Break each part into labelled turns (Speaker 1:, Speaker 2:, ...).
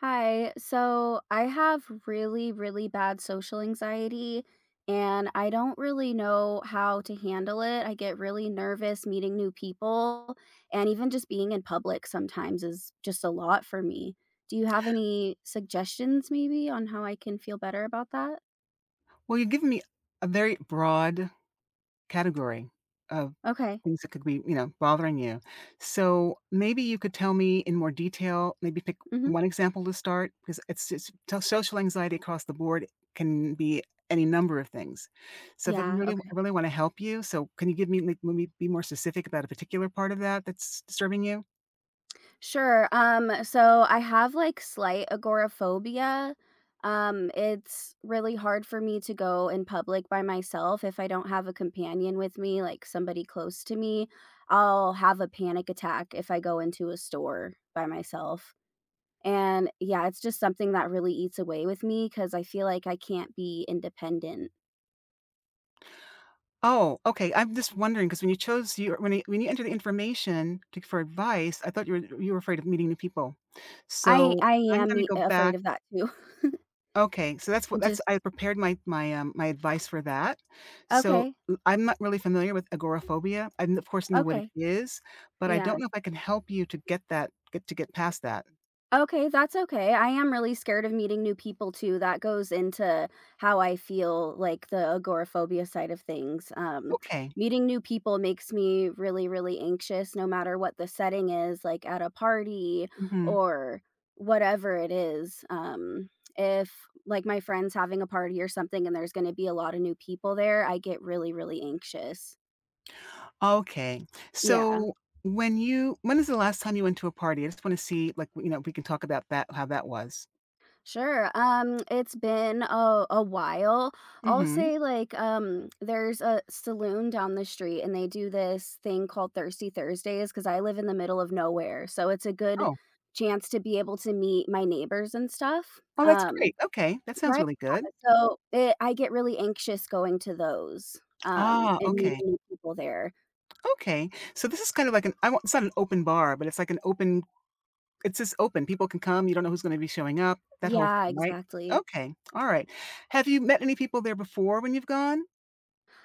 Speaker 1: Hi. So I have really, really bad social anxiety, and I don't really know how to handle it. I get really nervous meeting new people, and even just being in public sometimes is just a lot for me. Do you have any suggestions maybe on how I can feel better about that?
Speaker 2: Well, you've given me a very broad category of
Speaker 1: Okay.
Speaker 2: things that could be, bothering you. So maybe you could tell me in more detail, maybe pick
Speaker 1: hmm
Speaker 2: one example to start because it's so social anxiety across the board can be any number of things. So if I'm
Speaker 1: Yeah.
Speaker 2: really I
Speaker 1: Okay.
Speaker 2: really want to help you, so can you give me, like, maybe be more specific about a particular part of that that's disturbing you?
Speaker 1: Sure. So I have like slight agoraphobia. It's really hard for me to go in public by myself if I don't have a companion with me, like somebody close to me. I'll have a panic attack if I go into a store by myself. And yeah, it's just something that really eats away with me because I feel like I can't be independent.
Speaker 2: Oh, okay. I'm just wondering because when you enter the information to for advice, I thought you were afraid of meeting new people.
Speaker 1: I
Speaker 2: So,
Speaker 1: I
Speaker 2: I'm
Speaker 1: am
Speaker 2: gonna go
Speaker 1: afraid
Speaker 2: back,
Speaker 1: of that too.
Speaker 2: okay, so that's what that's
Speaker 1: Just
Speaker 2: I prepared my advice for that. So,
Speaker 1: okay,
Speaker 2: l I'm not really familiar with agoraphobia. I, of course, know what it
Speaker 1: okay,
Speaker 2: is, but I don't
Speaker 1: yeah.
Speaker 2: know if I can help you to get past that.
Speaker 1: Okay, that's okay. I am really scared of meeting new people too. That goes into how I feel, like the agoraphobia side of things. Um,
Speaker 2: Okay.
Speaker 1: meeting new people makes me really, really anxious, no matter what the setting is, like at a party
Speaker 2: Mhm.
Speaker 1: or whatever it is. If like my friend's having a party or something and there's going to be a lot of new people there, I get really, really anxious.
Speaker 2: Okay.
Speaker 1: Yeah.
Speaker 2: So, when is the last time you went to a party? I just wanna see, like, if we can talk about that how that was.
Speaker 1: Sure. It's been a while. I'll
Speaker 2: Mhm.
Speaker 1: say like there's a saloon down the street and they do this thing called Thirsty Thursdays because I live in the middle of nowhere. So it's a good
Speaker 2: Oh.
Speaker 1: chance to be able to meet my neighbors and stuff.
Speaker 2: Oh, that's
Speaker 1: Um,
Speaker 2: great. Okay, that sounds
Speaker 1: right.
Speaker 2: really good.
Speaker 1: Yeah, so I get really anxious going to those
Speaker 2: Ah,
Speaker 1: and
Speaker 2: okay.
Speaker 1: meeting new people there.
Speaker 2: Okay. So this is kind of like an I will it's not an open bar, but it's like an open it's just open. People can come, you don't know who's gonna be showing up, that whole
Speaker 1: Yeah,
Speaker 2: thing, right?
Speaker 1: exactly.
Speaker 2: Okay, alright. Have you met any people there before when you've gone?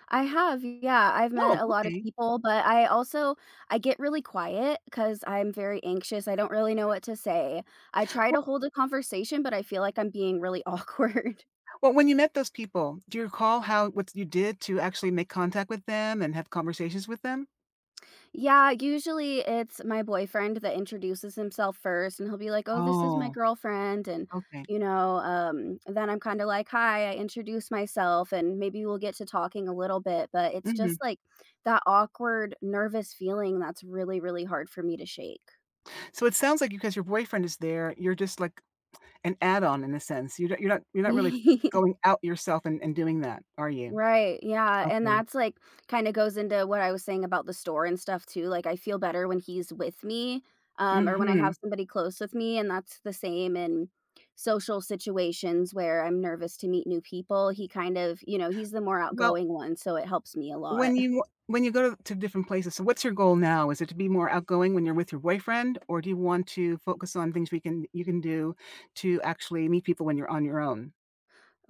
Speaker 1: I have, yeah, I've met
Speaker 2: Oh,
Speaker 1: a lot of
Speaker 2: okay.
Speaker 1: people, but I also I get really quiet because 'cause I'm very anxious, I don't really know what to say. I try
Speaker 2: Well
Speaker 1: to hold a conversation, but I feel like I'm being really awkward.
Speaker 2: well, when you met those people, do you recall how what you did to actually make contact with them and have conversations with them?
Speaker 1: Yeah, usually it's my boyfriend that introduces himself first, and he'll be like, "Oh, this is my
Speaker 2: Oh,
Speaker 1: girlfriend," and,
Speaker 2: okay.
Speaker 1: then I'm kinda like, "Hi," I introduce myself, and maybe we'll get to talking a little bit, but it's
Speaker 2: Mhm.
Speaker 1: just, like, that awkward, nervous feeling that's really, really hard for me to shake.
Speaker 2: So it sounds like because your boyfriend is there, you're just like an add-on in a sense. You're not really going out yourself and doing that, are you?
Speaker 1: Right, yeah, and
Speaker 2: Okay.
Speaker 1: that's, like, kinda goes into what I was saying about the store and stuff too, like, I feel better when he's with me, or when I
Speaker 2: Mhm.
Speaker 1: have somebody close with me, and that's the same in social situations where I'm nervous to meet new people, he kind of he's the more
Speaker 2: Well,
Speaker 1: outgoing one, so it helps me a lot.
Speaker 2: when you go to different places, so what's your goal now? Is it to be more outgoing when you're with your boyfriend, or do you want to focus on things we can you can do to actually meet people when you're on your own?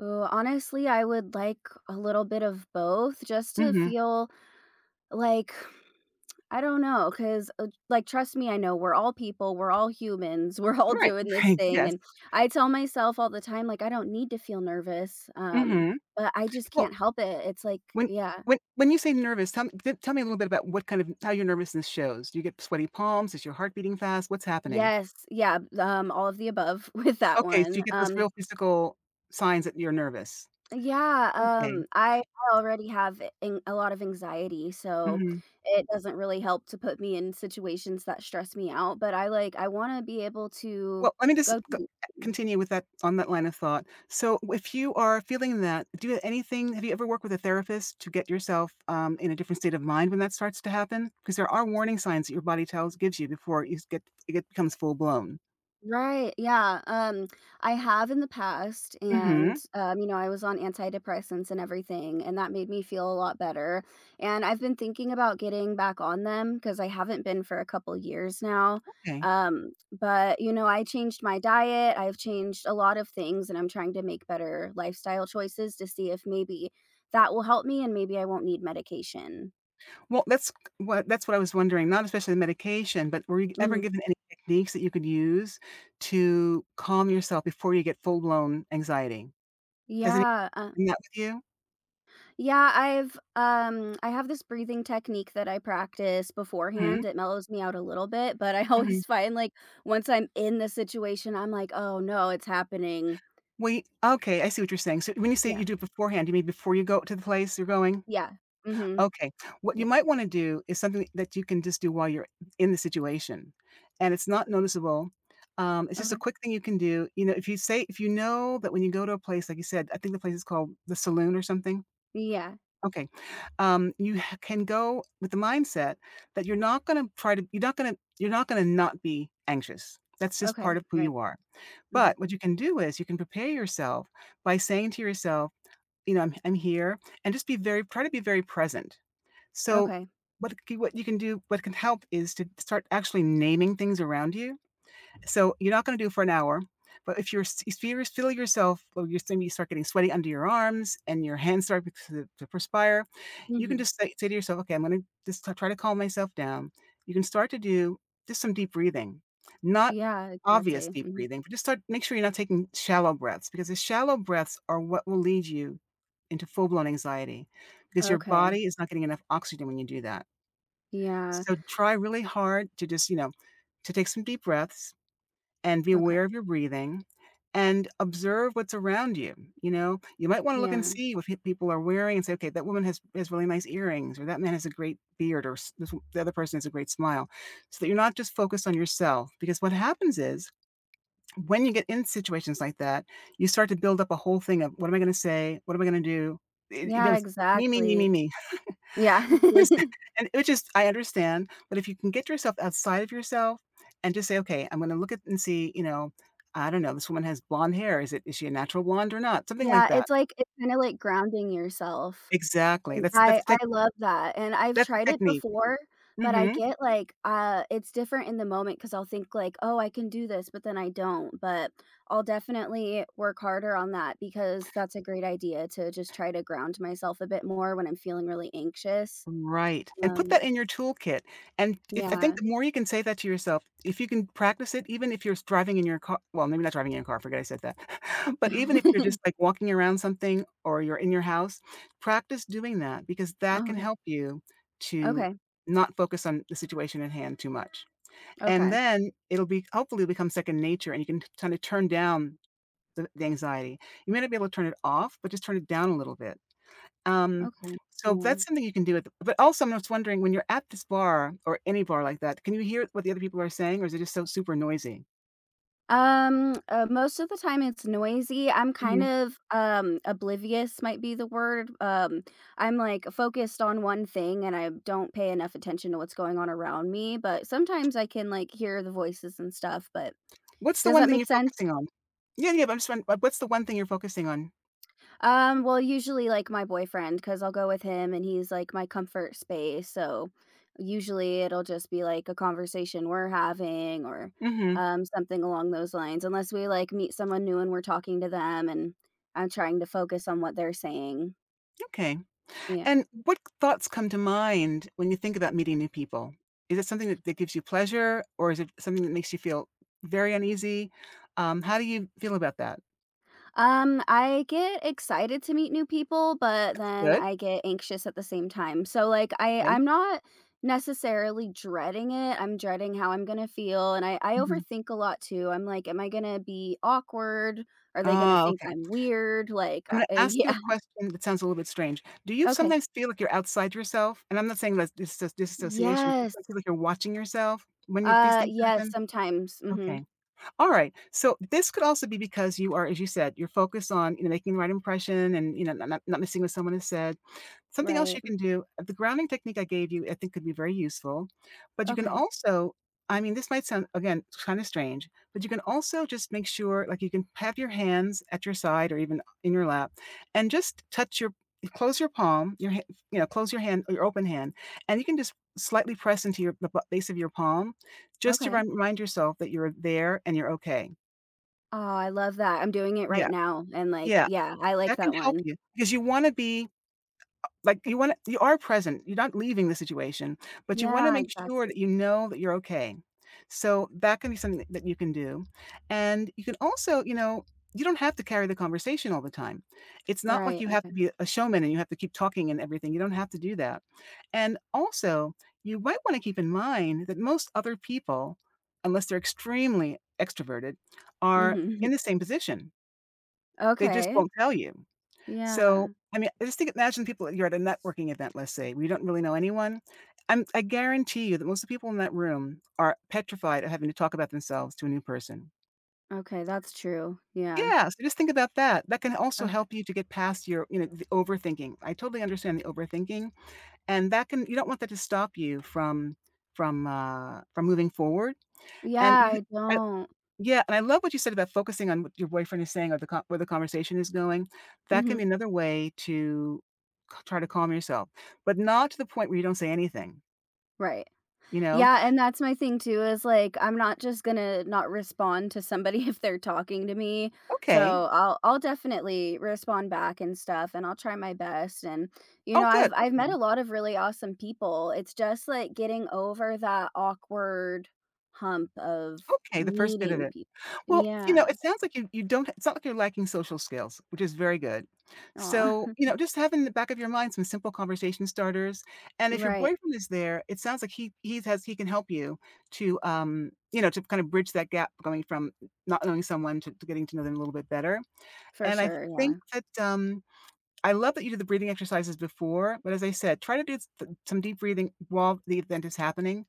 Speaker 1: Ooh, honestly, I would like a little bit of both just to
Speaker 2: Mhm.
Speaker 1: feel like I don't cause like, trust me, I know we're all people, we're all humans, we're all
Speaker 2: Right,
Speaker 1: doing this
Speaker 2: right,
Speaker 1: thing,
Speaker 2: yes.
Speaker 1: and I tell myself all the time, like, "I don't need to feel nervous,"
Speaker 2: Mhm.
Speaker 1: but I just
Speaker 2: Well,
Speaker 1: can't help it. It's like
Speaker 2: when
Speaker 1: yeah.
Speaker 2: when you say nervous, tell me t tell me a little bit about what kind of how your nervousness shows. Do you get sweaty palms? Is your heart beating fast? What's happening?
Speaker 1: Yes, yeah, all of the above with that
Speaker 2: Okay, so you
Speaker 1: one.
Speaker 2: get those
Speaker 1: Um,
Speaker 2: real physical signs that you're nervous.
Speaker 1: yeah,
Speaker 2: Okay.
Speaker 1: um, I I already have an a lot of anxiety, so
Speaker 2: Mhm.
Speaker 1: it doesn't really help to put me in situations that stress me out, but I wanna be able to
Speaker 2: Well, let me just
Speaker 1: go
Speaker 2: go
Speaker 1: do
Speaker 2: continue with that, on that line of thought. So, if you are feeling that, do you have anything have you ever worked with a therapist to get yourself, in a different state of mind when that starts to happen? Because there are warning signs that your body tells gives you before you s get it get becomes full blown.
Speaker 1: right, yeah, I have in the past, and,
Speaker 2: Mhm.
Speaker 1: you know, I was on antidepressants and everything, and that made me feel a lot better, and I've been thinking about getting back on them because I haven't been for a couple years now,
Speaker 2: Okay.
Speaker 1: but, you know, I changed my diet, I've changed a lot of things, and I'm trying to make better lifestyle choices to see if maybe that will help me and maybe I won't need medication.
Speaker 2: Well, that's what I was wondering, not especially the medication, but were you ever
Speaker 1: Mhm.
Speaker 2: given any techniques that you could use to calm yourself before you get full blown anxiety? Hasn't
Speaker 1: Yeah,
Speaker 2: done that with you?
Speaker 1: yeah, I've I have this breathing technique that I practice
Speaker 2: Mhm,
Speaker 1: beforehand. It mellows me out a little bit, but I
Speaker 2: mhm.
Speaker 1: always find like once I'm in the situation, I'm like, "Oh no, it's happening."
Speaker 2: Wait, okay, I see what you're saying. So when you say
Speaker 1: Yeah.
Speaker 2: you do it beforehand, you mean before you go to the place you're going?
Speaker 1: Yeah. Mhm.
Speaker 2: Okay. What you
Speaker 1: Yeah.
Speaker 2: might wanna do is something that you can just do while you're in the situation, and it's not noticeable. It's just a
Speaker 1: Okay.
Speaker 2: quick thing you can do. If you know that when you go to a place, like you said, I think the place is called The Saloon or something?
Speaker 1: Yeah.
Speaker 2: Okay. You h can go with the mindset that you're not gonna not be anxious. That's just part
Speaker 1: Okay.
Speaker 2: of who
Speaker 1: Right.
Speaker 2: you are.
Speaker 1: Mhm.
Speaker 2: But what you can do is you can prepare yourself by saying to yourself, you know, I'm here, and just be very try to be very present. So
Speaker 1: Okay.
Speaker 2: what can help is to start actually naming things around you, so you're not gonna do it for an hour, but if you feel yourself, well, you're saying you start getting sweaty under your arms and your hands start to perspire. You can
Speaker 1: Mhm.
Speaker 2: just say to yourself, okay, I'm gonna just try to calm myself down. You can start to do just some deep breathing, not
Speaker 1: Yeah,
Speaker 2: obvious
Speaker 1: exactly.
Speaker 2: deep
Speaker 1: Mhm.
Speaker 2: breathing, but just start. Make sure you're not taking shallow breaths because the shallow breaths are what will lead you into full blown anxiety because your
Speaker 1: Okay.
Speaker 2: body is not getting enough oxygen when you do that.
Speaker 1: Yeah.
Speaker 2: So try really hard to just, to take some deep breaths and be
Speaker 1: Okay.
Speaker 2: aware of your breathing and observe what's around you, you know? You might wanna look and
Speaker 1: Yeah.
Speaker 2: see what pe people are wearing and say, "Okay, that woman has really nice earrings," or, "That man has a great beard," or, "S this the other person has a great smile," so that you're not just focused on yourself, because what happens is when you get in situations like that, you start to build up a whole thing of, "What am I gonna say? What am I gonna do?" It you know,
Speaker 1: Yeah,
Speaker 2: it's me, me, me, me,
Speaker 1: exactly.
Speaker 2: me.
Speaker 1: Yeah.
Speaker 2: Yes, and which is I understand, but if you can get yourself outside of yourself and just say, "Okay, I'm gonna look at and see, you know, I don't know, this woman has blonde hair. Is she a natural blonde or not?" Something like
Speaker 1: Yeah,
Speaker 2: that.
Speaker 1: it's like it's kinda like grounding yourself.
Speaker 2: Exactly.
Speaker 1: And
Speaker 2: That's
Speaker 1: I
Speaker 2: the
Speaker 1: I
Speaker 2: tech
Speaker 1: love that, and I've
Speaker 2: that's the
Speaker 1: tried it
Speaker 2: technique.
Speaker 1: before, but I
Speaker 2: Mhm.
Speaker 1: get, like, it's different in the moment because 'cause I'll think, like, "Oh, I can do this," but then I don't, but I'll definitely work harder on that because that's a great idea to just try to ground myself a bit more when I'm feeling really anxious.
Speaker 2: Right, and put
Speaker 1: Um,
Speaker 2: that in your toolkit, and if I think
Speaker 1: yeah.
Speaker 2: the more you can say that to yourself, if you can practice it, even if you're s driving in your car, well, maybe not driving in your car, forget I said that. But even if you're just, like, walking around something or you're in your house, practice doing that because that
Speaker 1: Oh,
Speaker 2: can
Speaker 1: okay.
Speaker 2: help you to
Speaker 1: Okay.
Speaker 2: not focus on the situation at hand too much. And
Speaker 1: Okay.
Speaker 2: then it'll be hopefully become second nature and you can kinda turn down the anxiety. You may not be able to turn it off, but just turn it down a little bit. Um,
Speaker 1: Okay.
Speaker 2: so
Speaker 1: Yeah.
Speaker 2: that's something you can do with but also, I'm just wondering, when you're at this bar or any bar like that, can you hear what the other people are saying, or is it just so super noisy?
Speaker 1: Most of the time it's noisy. I'm kind
Speaker 2: Mhm.
Speaker 1: of, oblivious might be the word. I'm like focused on one thing and I don't pay enough attention to what's going on around me, but sometimes I can like hear the voices and stuff, but
Speaker 2: What's the
Speaker 1: does
Speaker 2: one
Speaker 1: that
Speaker 2: thing
Speaker 1: make
Speaker 2: you're
Speaker 1: sense?
Speaker 2: focusing on? Yeah, yeah, but I'm just won what's the one thing you're focusing on?
Speaker 1: Well, usually like my boyfriend, because I'll go with him and he's like my comfort space. So usually it'll just be like a conversation we're having or
Speaker 2: Mhm.
Speaker 1: something along those lines, unless we like meet someone new and we're talking to them and I'm trying to focus on what they're saying.
Speaker 2: Okay.
Speaker 1: Yeah.
Speaker 2: And what thoughts come to mind when you think about meeting new people? Is it something that gives you pleasure, or is it something that makes you feel very uneasy? How do you feel about that?
Speaker 1: I get excited to meet new people, but then
Speaker 2: Good,
Speaker 1: I get anxious at the same time. So like I
Speaker 2: okay.
Speaker 1: I'm not necessarily dreading it. I'm dreading how I'm going to feel and I
Speaker 2: Mhm.
Speaker 1: overthink a lot too. I'm like am I going to be awkward? Are they going to
Speaker 2: Ah,
Speaker 1: think
Speaker 2: okay.
Speaker 1: I'm weird?
Speaker 2: I'm gonna ask you a
Speaker 1: Yeah.
Speaker 2: question that sounds a little bit strange. Do you
Speaker 1: Okay.
Speaker 2: sometimes feel like you're outside yourself? And I'm not saying that's disso disassociation, just
Speaker 1: Yes.
Speaker 2: like feel like you're watching yourself when you these things
Speaker 1: Yes,
Speaker 2: happen?
Speaker 1: sometimes. Mhm.
Speaker 2: Okay. All right. So this could also be because you are, as you said, you're focused on, making the right impression and, not not missing what someone has said. Something else you
Speaker 1: Right.
Speaker 2: can do, the grounding technique I gave you, I think could be very useful, but you can
Speaker 1: Okay.
Speaker 2: also I mean, this might sound, again, kind of strange, but you can also just make sure, like, you can have your hands at your side or even in your lap and just touch your close your palm, close your hand, your open hand, and you can just slightly press into your the b base of your palm just to
Speaker 1: Okay.
Speaker 2: remind yourself that you're there and you're okay.
Speaker 1: Oh, I love that. I'm doing it
Speaker 2: Yeah,
Speaker 1: right now and like
Speaker 2: yeah,
Speaker 1: yeah, I like
Speaker 2: that can
Speaker 1: that
Speaker 2: help
Speaker 1: one.
Speaker 2: you because you wanna be like, you are present, you're not leaving the situation, but you wanna
Speaker 1: Yeah,
Speaker 2: make sure that
Speaker 1: exactly.
Speaker 2: you know that you're okay. So, that can be something that you can do, and you can also, you don't have to carry the conversation all the time. It's not like
Speaker 1: Right.
Speaker 2: you have to
Speaker 1: Okay.
Speaker 2: be a showman and you have to keep talking and everything, you don't have to do that, and also, you might wanna keep in mind that most other people, unless they're extremely extroverted, are
Speaker 1: Mhm.
Speaker 2: in the same position. They just
Speaker 1: Okay.
Speaker 2: won't tell you. So,
Speaker 1: Yeah.
Speaker 2: I mean, I just think imagine, people you're at a networking event, let's say, we don't really know anyone. I guarantee you that most of the people in that room are petrified of having to talk about themselves to a new person.
Speaker 1: Okay, that's true. Yeah.
Speaker 2: Yeah, so just think about that. That can also
Speaker 1: Okay.
Speaker 2: help you to get past the overthinking. I totally understand the overthinking, and that can you don't want that to stop you from from moving forward, and
Speaker 1: Yeah, I don't.
Speaker 2: and I love what you said about focusing on what your boyfriend is saying or the co where the conversation is going. That can
Speaker 1: Mhm.
Speaker 2: be another way to c try to calm yourself, but not to the point where you don't say anything,
Speaker 1: Right.
Speaker 2: you know?
Speaker 1: Yeah, and that's my thing too is, like, I'm not just gonna not respond to somebody if they're talking to me.
Speaker 2: "Okay.
Speaker 1: So, I'll definitely respond back and stuff, and I'll try my best, and, you
Speaker 2: Oh,
Speaker 1: know,
Speaker 2: good.
Speaker 1: I've met
Speaker 2: Okay.
Speaker 1: a lot of really awesome people. It's just, like, getting over that awkward hump of
Speaker 2: Okay," the first bit of
Speaker 1: meeting
Speaker 2: it.
Speaker 1: people.
Speaker 2: Well, you know,
Speaker 1: Yeah.
Speaker 2: it sounds like you don't it's not like you're lacking social skills, which is very good.
Speaker 1: Aw.
Speaker 2: So, you know, just having in the back of your mind some simple conversation starters, and if your
Speaker 1: Right.
Speaker 2: boyfriend is there, it sounds like he can help you to, you know, to kind of bridge that gap going from not knowing someone to getting to know them a little bit better,
Speaker 1: For
Speaker 2: and I
Speaker 1: sure,
Speaker 2: think
Speaker 1: yeah.
Speaker 2: that, I love that you did the breathing exercises before, but as I said, try to do some deep breathing while the event is happening.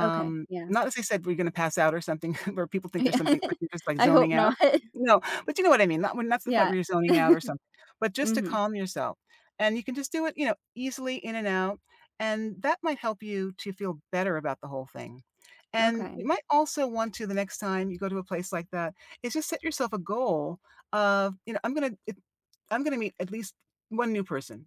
Speaker 1: Okay, yeah.
Speaker 2: Not as I said, we are gonna pass out or something where people think there's
Speaker 1: Yeah.
Speaker 2: something like you're just, like,
Speaker 1: I hope
Speaker 2: zoning out.
Speaker 1: not.
Speaker 2: No, but you know what I mean, not when that's the point where
Speaker 1: Yeah.
Speaker 2: you're zoning out or something, but just to
Speaker 1: Mhm,
Speaker 2: calm yourself. And you can just do it, you know, easily in and out, and that might help you to feel better about the whole thing. And you
Speaker 1: okay.
Speaker 2: might also want to the next time you go to a place like that, is just set yourself a goal of, you know, I'm gonna meet at least one new person,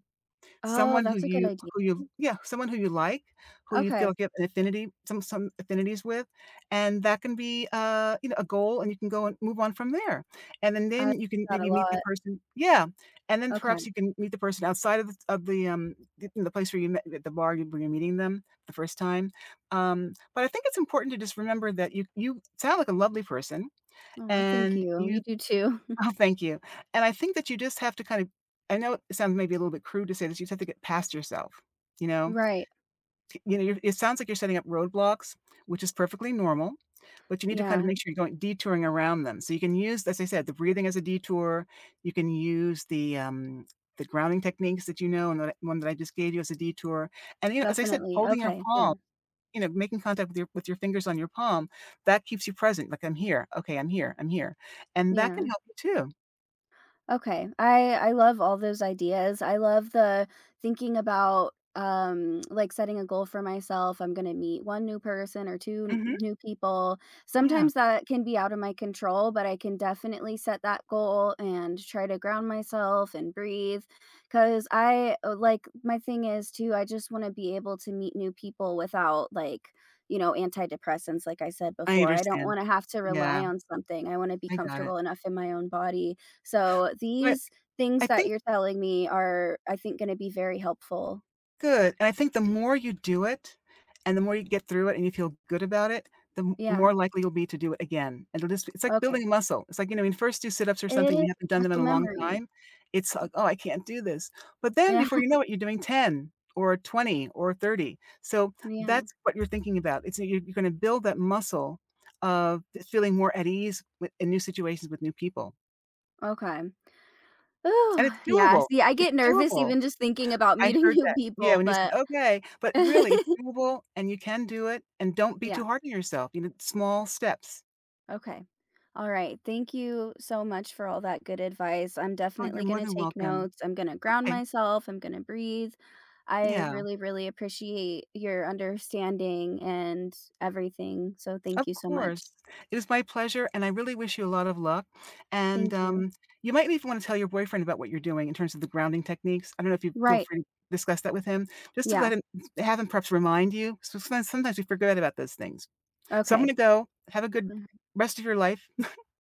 Speaker 1: Oh,
Speaker 2: someone
Speaker 1: that's a good idea.
Speaker 2: who you yeah, someone who you like, who you feel
Speaker 1: Okay,
Speaker 2: like you have an affinity some affinities with, and that can be, you know, a goal, and you can go and move on from there, and
Speaker 1: I like
Speaker 2: then you can
Speaker 1: that a
Speaker 2: maybe meet the
Speaker 1: lot.
Speaker 2: person yeah, and then perhaps
Speaker 1: Okay.
Speaker 2: you can meet the person outside of the place where you met at the bar where you're meeting them the first time, but I think it's important to just remember that you sound like a lovely person,
Speaker 1: Aw, thank
Speaker 2: and
Speaker 1: you.
Speaker 2: you
Speaker 1: You do too.
Speaker 2: Oh, thank you. And I think that you just have to kind of I know it sounds maybe a little bit crude to say this, you just have to get past yourself, you know?
Speaker 1: Right.
Speaker 2: T you know, you're it sounds like you're setting up roadblocks, which is perfectly normal, but you need to kind of
Speaker 1: Yeah,
Speaker 2: make sure you're going detouring around them. So you can use, as I said, the breathing as a detour, you can use the grounding techniques that you know and the one that I just gave you as a detour. And, you know, as I said,
Speaker 1: definitely.
Speaker 2: holding your
Speaker 1: Okay, yeah,
Speaker 2: palm, you know, making contact with your fingers on your palm, that keeps you present, like, "I'm here. Okay, I'm here. I'm here." And that can
Speaker 1: yeah.
Speaker 2: help you too.
Speaker 1: Okay. I love all those ideas. I love the thinking about like setting a goal for myself. I'm going to meet one new person or two
Speaker 2: Mhm.
Speaker 1: new people.
Speaker 2: Yeah,
Speaker 1: Sometimes that can be out of my control, but I can definitely set that goal and try to ground myself and breathe cuz I like my thing is too I just want to be able to meet new people without like you know antidepressants like I said
Speaker 2: I
Speaker 1: before. I don't
Speaker 2: understand.
Speaker 1: want to have to rely
Speaker 2: Yeah,
Speaker 1: on something. I want to be
Speaker 2: I got it.
Speaker 1: comfortable enough in my own body so
Speaker 2: But
Speaker 1: these
Speaker 2: I
Speaker 1: things that
Speaker 2: think
Speaker 1: you're telling me are, I think, gonna be very helpful.
Speaker 2: good and I think the more you do it, and the more you get through it and you feel good about it, the m more
Speaker 1: Yeah,
Speaker 2: likely you'll be to do it again. And it's like building
Speaker 1: okay.
Speaker 2: a muscle. It's like, you know, when you first do sit-ups or
Speaker 1: It
Speaker 2: something,
Speaker 1: is
Speaker 2: you haven't done them in
Speaker 1: muscle
Speaker 2: a long
Speaker 1: memory.
Speaker 2: time, it's like, "Oh, I can't do this." But then
Speaker 1: Yeah,
Speaker 2: before you know it, you're doing 10 or 20 or 30. So
Speaker 1: yeah,
Speaker 2: that's what you're thinking about. It's you're gonna build that muscle of feeling more at ease with in new situations with new people.
Speaker 1: okay.
Speaker 2: And
Speaker 1: Ooh,
Speaker 2: it's
Speaker 1: yeah,
Speaker 2: doable.
Speaker 1: see, I
Speaker 2: It's
Speaker 1: get nervous
Speaker 2: doable.
Speaker 1: even just thinking about
Speaker 2: I
Speaker 1: meeting
Speaker 2: heard
Speaker 1: new
Speaker 2: that. Yeah,
Speaker 1: people,
Speaker 2: when you said,
Speaker 1: but
Speaker 2: "Okay," but really, it's doable and you can do it, and don't be
Speaker 1: yeah.
Speaker 2: too hard on yourself, you know, small steps.
Speaker 1: Okay. All right. Thank you so much for all that good advice. I'm
Speaker 2: Oh, you're
Speaker 1: definitely going
Speaker 2: more
Speaker 1: to
Speaker 2: than
Speaker 1: take
Speaker 2: welcome.
Speaker 1: notes. I'm going to ground
Speaker 2: Okay.
Speaker 1: myself. I'm going to breathe. I
Speaker 2: Yeah,
Speaker 1: really, really appreciate your understanding and everything. So
Speaker 2: of
Speaker 1: thank you so much.
Speaker 2: course. It was my pleasure, and I really wish you a lot of luck, and,
Speaker 1: Thank you.
Speaker 2: you might even wanna tell your boyfriend about what you're doing in terms of the grounding techniques. I don't know if you feel
Speaker 1: Right.
Speaker 2: free to discuss that with him, just to
Speaker 1: Yeah.
Speaker 2: let him have him perhaps remind you. So sometimes we forget about those things. So I'm gonna
Speaker 1: Okay.
Speaker 2: go. Have a good rest of your life.